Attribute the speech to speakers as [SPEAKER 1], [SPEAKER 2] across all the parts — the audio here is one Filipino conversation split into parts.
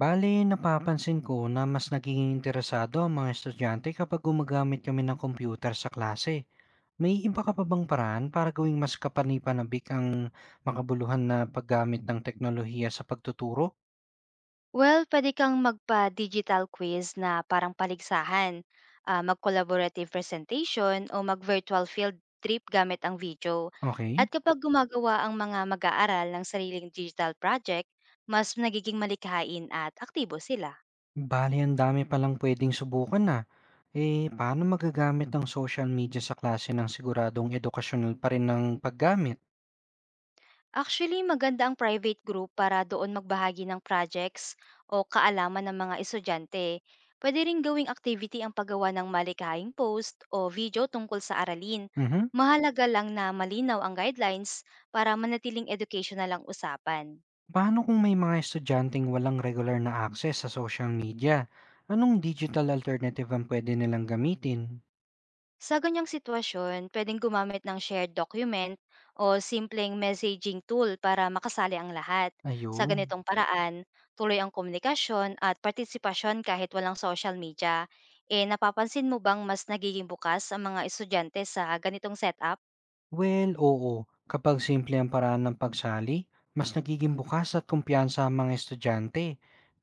[SPEAKER 1] Bale, napapansin ko na mas nagiging interesado ang mga estudyante kapag gumagamit kami ng computer sa klase. May iba ka pa bang paraan para gawing mas kapanipanabik ang makabuluhan na paggamit ng teknolohiya sa pagtuturo?
[SPEAKER 2] Well, puwede kang magpa-digital quiz na parang paligsahan, mag-collaborative presentation o mag-virtual field trip gamit ang video. At
[SPEAKER 1] Okay.
[SPEAKER 2] kapag gumagawa ang mga mag-aaral ng sariling digital project, mas nagiging malikhain at aktibo sila.
[SPEAKER 1] Bale, ang dami palang pwedeng subukan na. Eh, paano magagamit ang social media sa klase ng siguradong edukasyonal pa rin ng paggamit?
[SPEAKER 2] Actually, maganda ang private group para doon magbahagi ng projects o kaalaman ng mga estudyante. Pwede rin gawing activity ang paggawa ng malikhaing post o video tungkol sa aralin.
[SPEAKER 1] Mhm.
[SPEAKER 2] Mahalaga lang na malinaw ang guidelines para manatiling educational ang usapan.
[SPEAKER 1] Paano kung may mga estudyanteng walang regular na access sa social media? Anong digital alternative ang pwede nilang gamitin?
[SPEAKER 2] Sa ganyang sitwasyon, pwedeng gumamit ng shared document o simpleng messaging tool para makasali ang lahat. Sa
[SPEAKER 1] Ayun.
[SPEAKER 2] ganitong paraan, tuloy ang komunikasyon at partisipasyon kahit walang social media. E napapansin mo bang mas nagiging bukas ang mga estudyante sa ganitong setup?
[SPEAKER 1] Well, oo. Kapag simple ang paraan ng pagsali, mas nagiging bukas at kumpiyansa ang mga estudyante.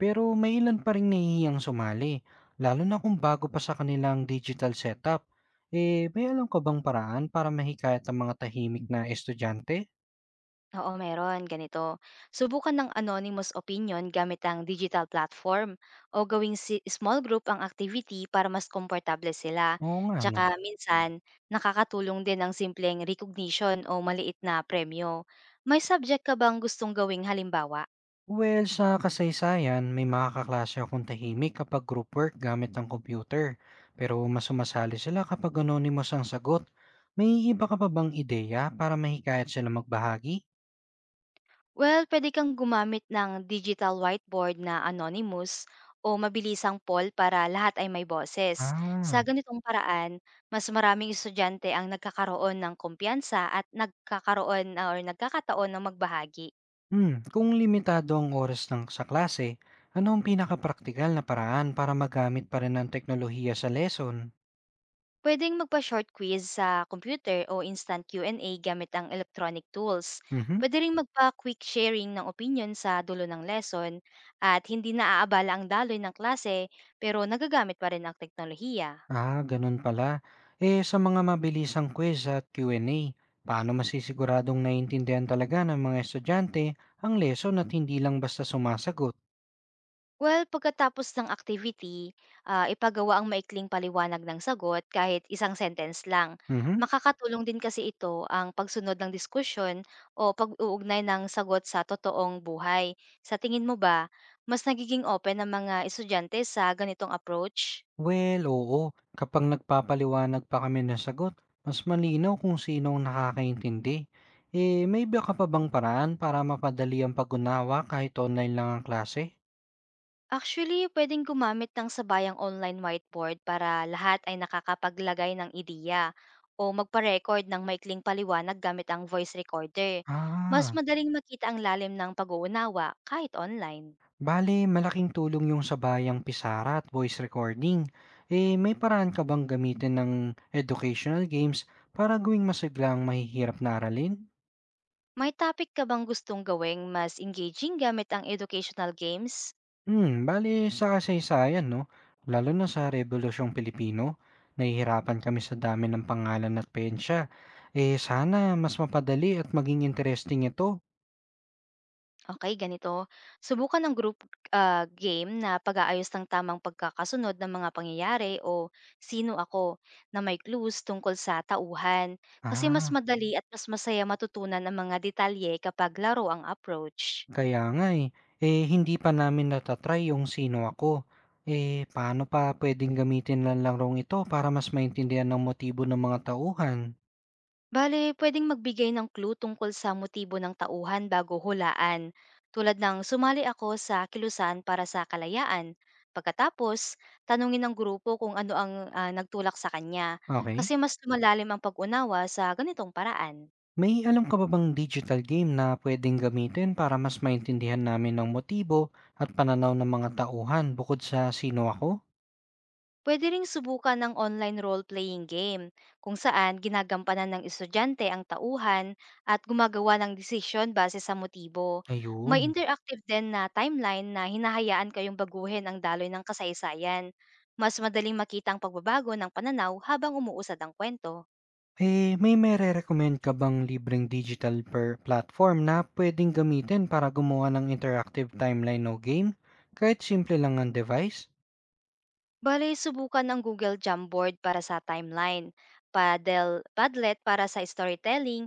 [SPEAKER 1] Pero may ilan pa rin nahihiyang sumali, lalo na kung bago pa sa kanilang digital setup. Eh, may alam ka bang paraan para mahikayat ang mga tahimik na estudyante?
[SPEAKER 2] Oo, meron. Ganito. Subukan ng anonymous opinion gamit ang digital platform o gawing small group ang activity para mas komportable sila.
[SPEAKER 1] Oo nga, no?
[SPEAKER 2] Tsaka minsan, nakakatulong din ang simpleng recognition o maliit na premyo. May subject ka bang gustong gawing halimbawa?
[SPEAKER 1] Well, sa kasaysayan, may mga kaklase akong tahimik kapag group work gamit ang computer. Pero mas sumasali sila kapag anonymous ang sagot. May iba ka pa bang ideya para mahikayat sila magbahagi?
[SPEAKER 2] Well, pwede kang gumamit ng digital whiteboard na anonymous o mabilisang poll para lahat ay may boses. Sa
[SPEAKER 1] Ah,
[SPEAKER 2] ganitong paraan, mas maraming estudyante ang nagkakaroon ng kumpiyansa at nagkakaroon ah, or nagkakataon ng magbahagi.
[SPEAKER 1] hmm. Kung limitado ang oras ng sa klase, ano ang pinakapraktikal na paraan para magamit pa rin ang teknolohiya sa lesson?
[SPEAKER 2] Pwedeng magpa-short quiz sa computer o instant Q&A gamit ang electronic tools.
[SPEAKER 1] Mhm.
[SPEAKER 2] Pwede ring magpa-quick sharing ng opinion sa dulo ng lesson at hindi na aabala ang daloy ng klase pero nagagamit pa rin ang teknolohiya.
[SPEAKER 1] Ah, ganun pala. Eh, sa mga mabilisang quiz at Q&A, paano masisiguradong naiintindihan talaga ng mga estudyante ang lesson at hindi lang basta sumasagot?
[SPEAKER 2] Well, pagkatapos ng activity, ipagawa ang maikling paliwanag ng sagot kahit isang sentence lang.
[SPEAKER 1] Mhm.
[SPEAKER 2] Makakatulong din kasi ito ang pagsunod ng diskusyon o pag-uugnay ng sagot sa totoong buhay. Sa tingin mo ba, mas nagiging open ang mga estudyante sa ganitong approach?
[SPEAKER 1] Well, oo. Kapag nagpapaliwanag pa kami ng sagot, mas malinaw kung sino ang nakakaintindi. Eh, may iba ka pa bang paraan para mapadali ang pag-unawa kahit online lang ang klase?
[SPEAKER 2] Actually, puwedeng gumamit ng sabayang online whiteboard para lahat ay nakakapaglagay ng ideya o magpa-record ng maikling paliwanag gamit ang voice recorder. Mas
[SPEAKER 1] Ah,
[SPEAKER 2] madaling makita ang lalim ng pag-uunawa kahit online.
[SPEAKER 1] bale, malaking tulong yung sa bayang pisara at voice recording. Eh, may paraan ka bang gamitin ng educational games para gawing masiglang mahihirap na aralin?
[SPEAKER 2] May topic ka bang gustong gawing mas engaging gamit ang educational games?
[SPEAKER 1] Hmm, bale sa kasaysayan, no? Lalo na sa Rebolusyong Pilipino, nahihirapan kami sa dami ng pangalan at pensya. Eh, sana mas mapadali at maging interesting ito.
[SPEAKER 2] Okay, ganito. Subukan ng group, game na pag-aayos ng tamang pagkakasunod ng mga pangyayari o "Sino ako" na may clues tungkol sa tauhan. Kasi mas
[SPEAKER 1] Ah,
[SPEAKER 2] madali at mas masaya matutunan ang mga detalye kapag laro ang approach.
[SPEAKER 1] kaya nga, eh. Eh, hindi pa namin nata-try yung Sino Ako. Eh, paano pa puwedeng gamitin lang larong ito para mas maintindihan ng motibo ng mga tauhan?
[SPEAKER 2] Bale, pwedeng magbigay ng clue tungkol sa motibo ng tauhan bago hulaan, tulad ng sumali ako sa kilusan para sa kalayaan. Pagkatapos, tanungin ng grupo kung ano ang nagtulak sa kanya kasi
[SPEAKER 1] Okay?
[SPEAKER 2] mas lumalalim ang pag-unawa sa ganitong paraan.
[SPEAKER 1] May alam ka ba bang digital game na puwedeng gamitin para mas maintindihan namin ng motibo at pananaw ng mga tauhan bukod sa Sino Ako?
[SPEAKER 2] Pwede ring subukan ng online role-playing game kung saan ginagampanan ng estudyante ang tauhan at gumagawa ng desisyon base sa motibo. May
[SPEAKER 1] Ayun.
[SPEAKER 2] interactive din na timeline na hinahayaan kayong baguhin ang daloy ng kasaysayan. Mas madaling makita ang pagbabago ng pananaw habang umuusad ang kwento.
[SPEAKER 1] Eh, may maire-recommend ka bang libreng digital per platform na puwedeng gamitin para gumawa ng interactive timeline o game, kahit simple lang ang device?
[SPEAKER 2] Bale, subukan ng Google Jamboard para sa timeline, Padlet para sa storytelling,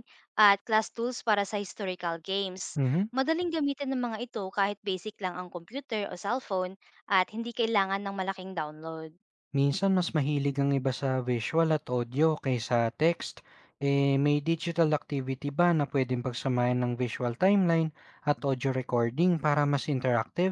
[SPEAKER 2] at class tools para sa historical games.
[SPEAKER 1] Mhm.
[SPEAKER 2] Madaling gamitin ng mga ito kahit basic lang ang computer o cellphone at hindi kailangan ng malaking download.
[SPEAKER 1] Minsan mas mahilig ang iba sa visual at audio kaysa text. Eh, may digital activity ba na pwedeng pagsamahin ng visual timeline at audio recording para mas interactive?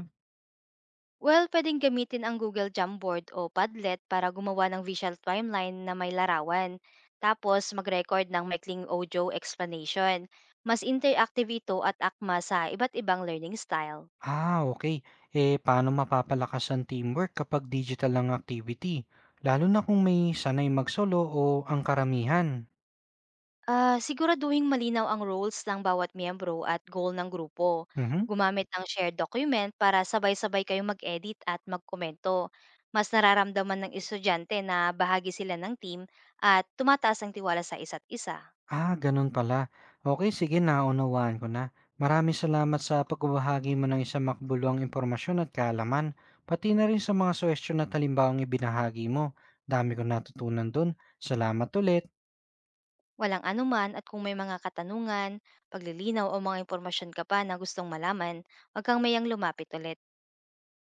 [SPEAKER 2] Well, pwedeng gamitin ang Google Jamboard o Padlet para gumawa ng visual timeline na may larawan. Tapos, mag-record ng maikling audio explanation. Mas interactive ito at akma sa iba't ibang learning style.
[SPEAKER 1] Ah, okay. Eh, paano mapapalakas ang teamwork kapag digital ang activity? Lalo na kung may sanay magsolo o ang karamihan.
[SPEAKER 2] Ah, siguraduhing malinaw ang roles ng bawat miyembro at goal ng grupo.
[SPEAKER 1] Mhm.
[SPEAKER 2] Gumamit ng shared document para sabay-sabay kayong mag-edit at magkomento. Mas nararamdaman ng estudyante na bahagi sila ng team at tumataas ang tiwala sa isa't isa.
[SPEAKER 1] Ah, ganun pala. Okay, sige, naunawaan ko na. Maraming salamat sa pagbabahagi mo ng isang makbuluang impormasyon at kaalaman, pati na rin sa mga suhestiyon at halimbawang ibinahagi mo. Dami kong natutunan dun. Salamat ulit.
[SPEAKER 2] Walang anuman at kung may mga katanungan, paglilinaw o mga impormasyon ka pa na gustong malaman, huwag kang mayang lumapit ulit.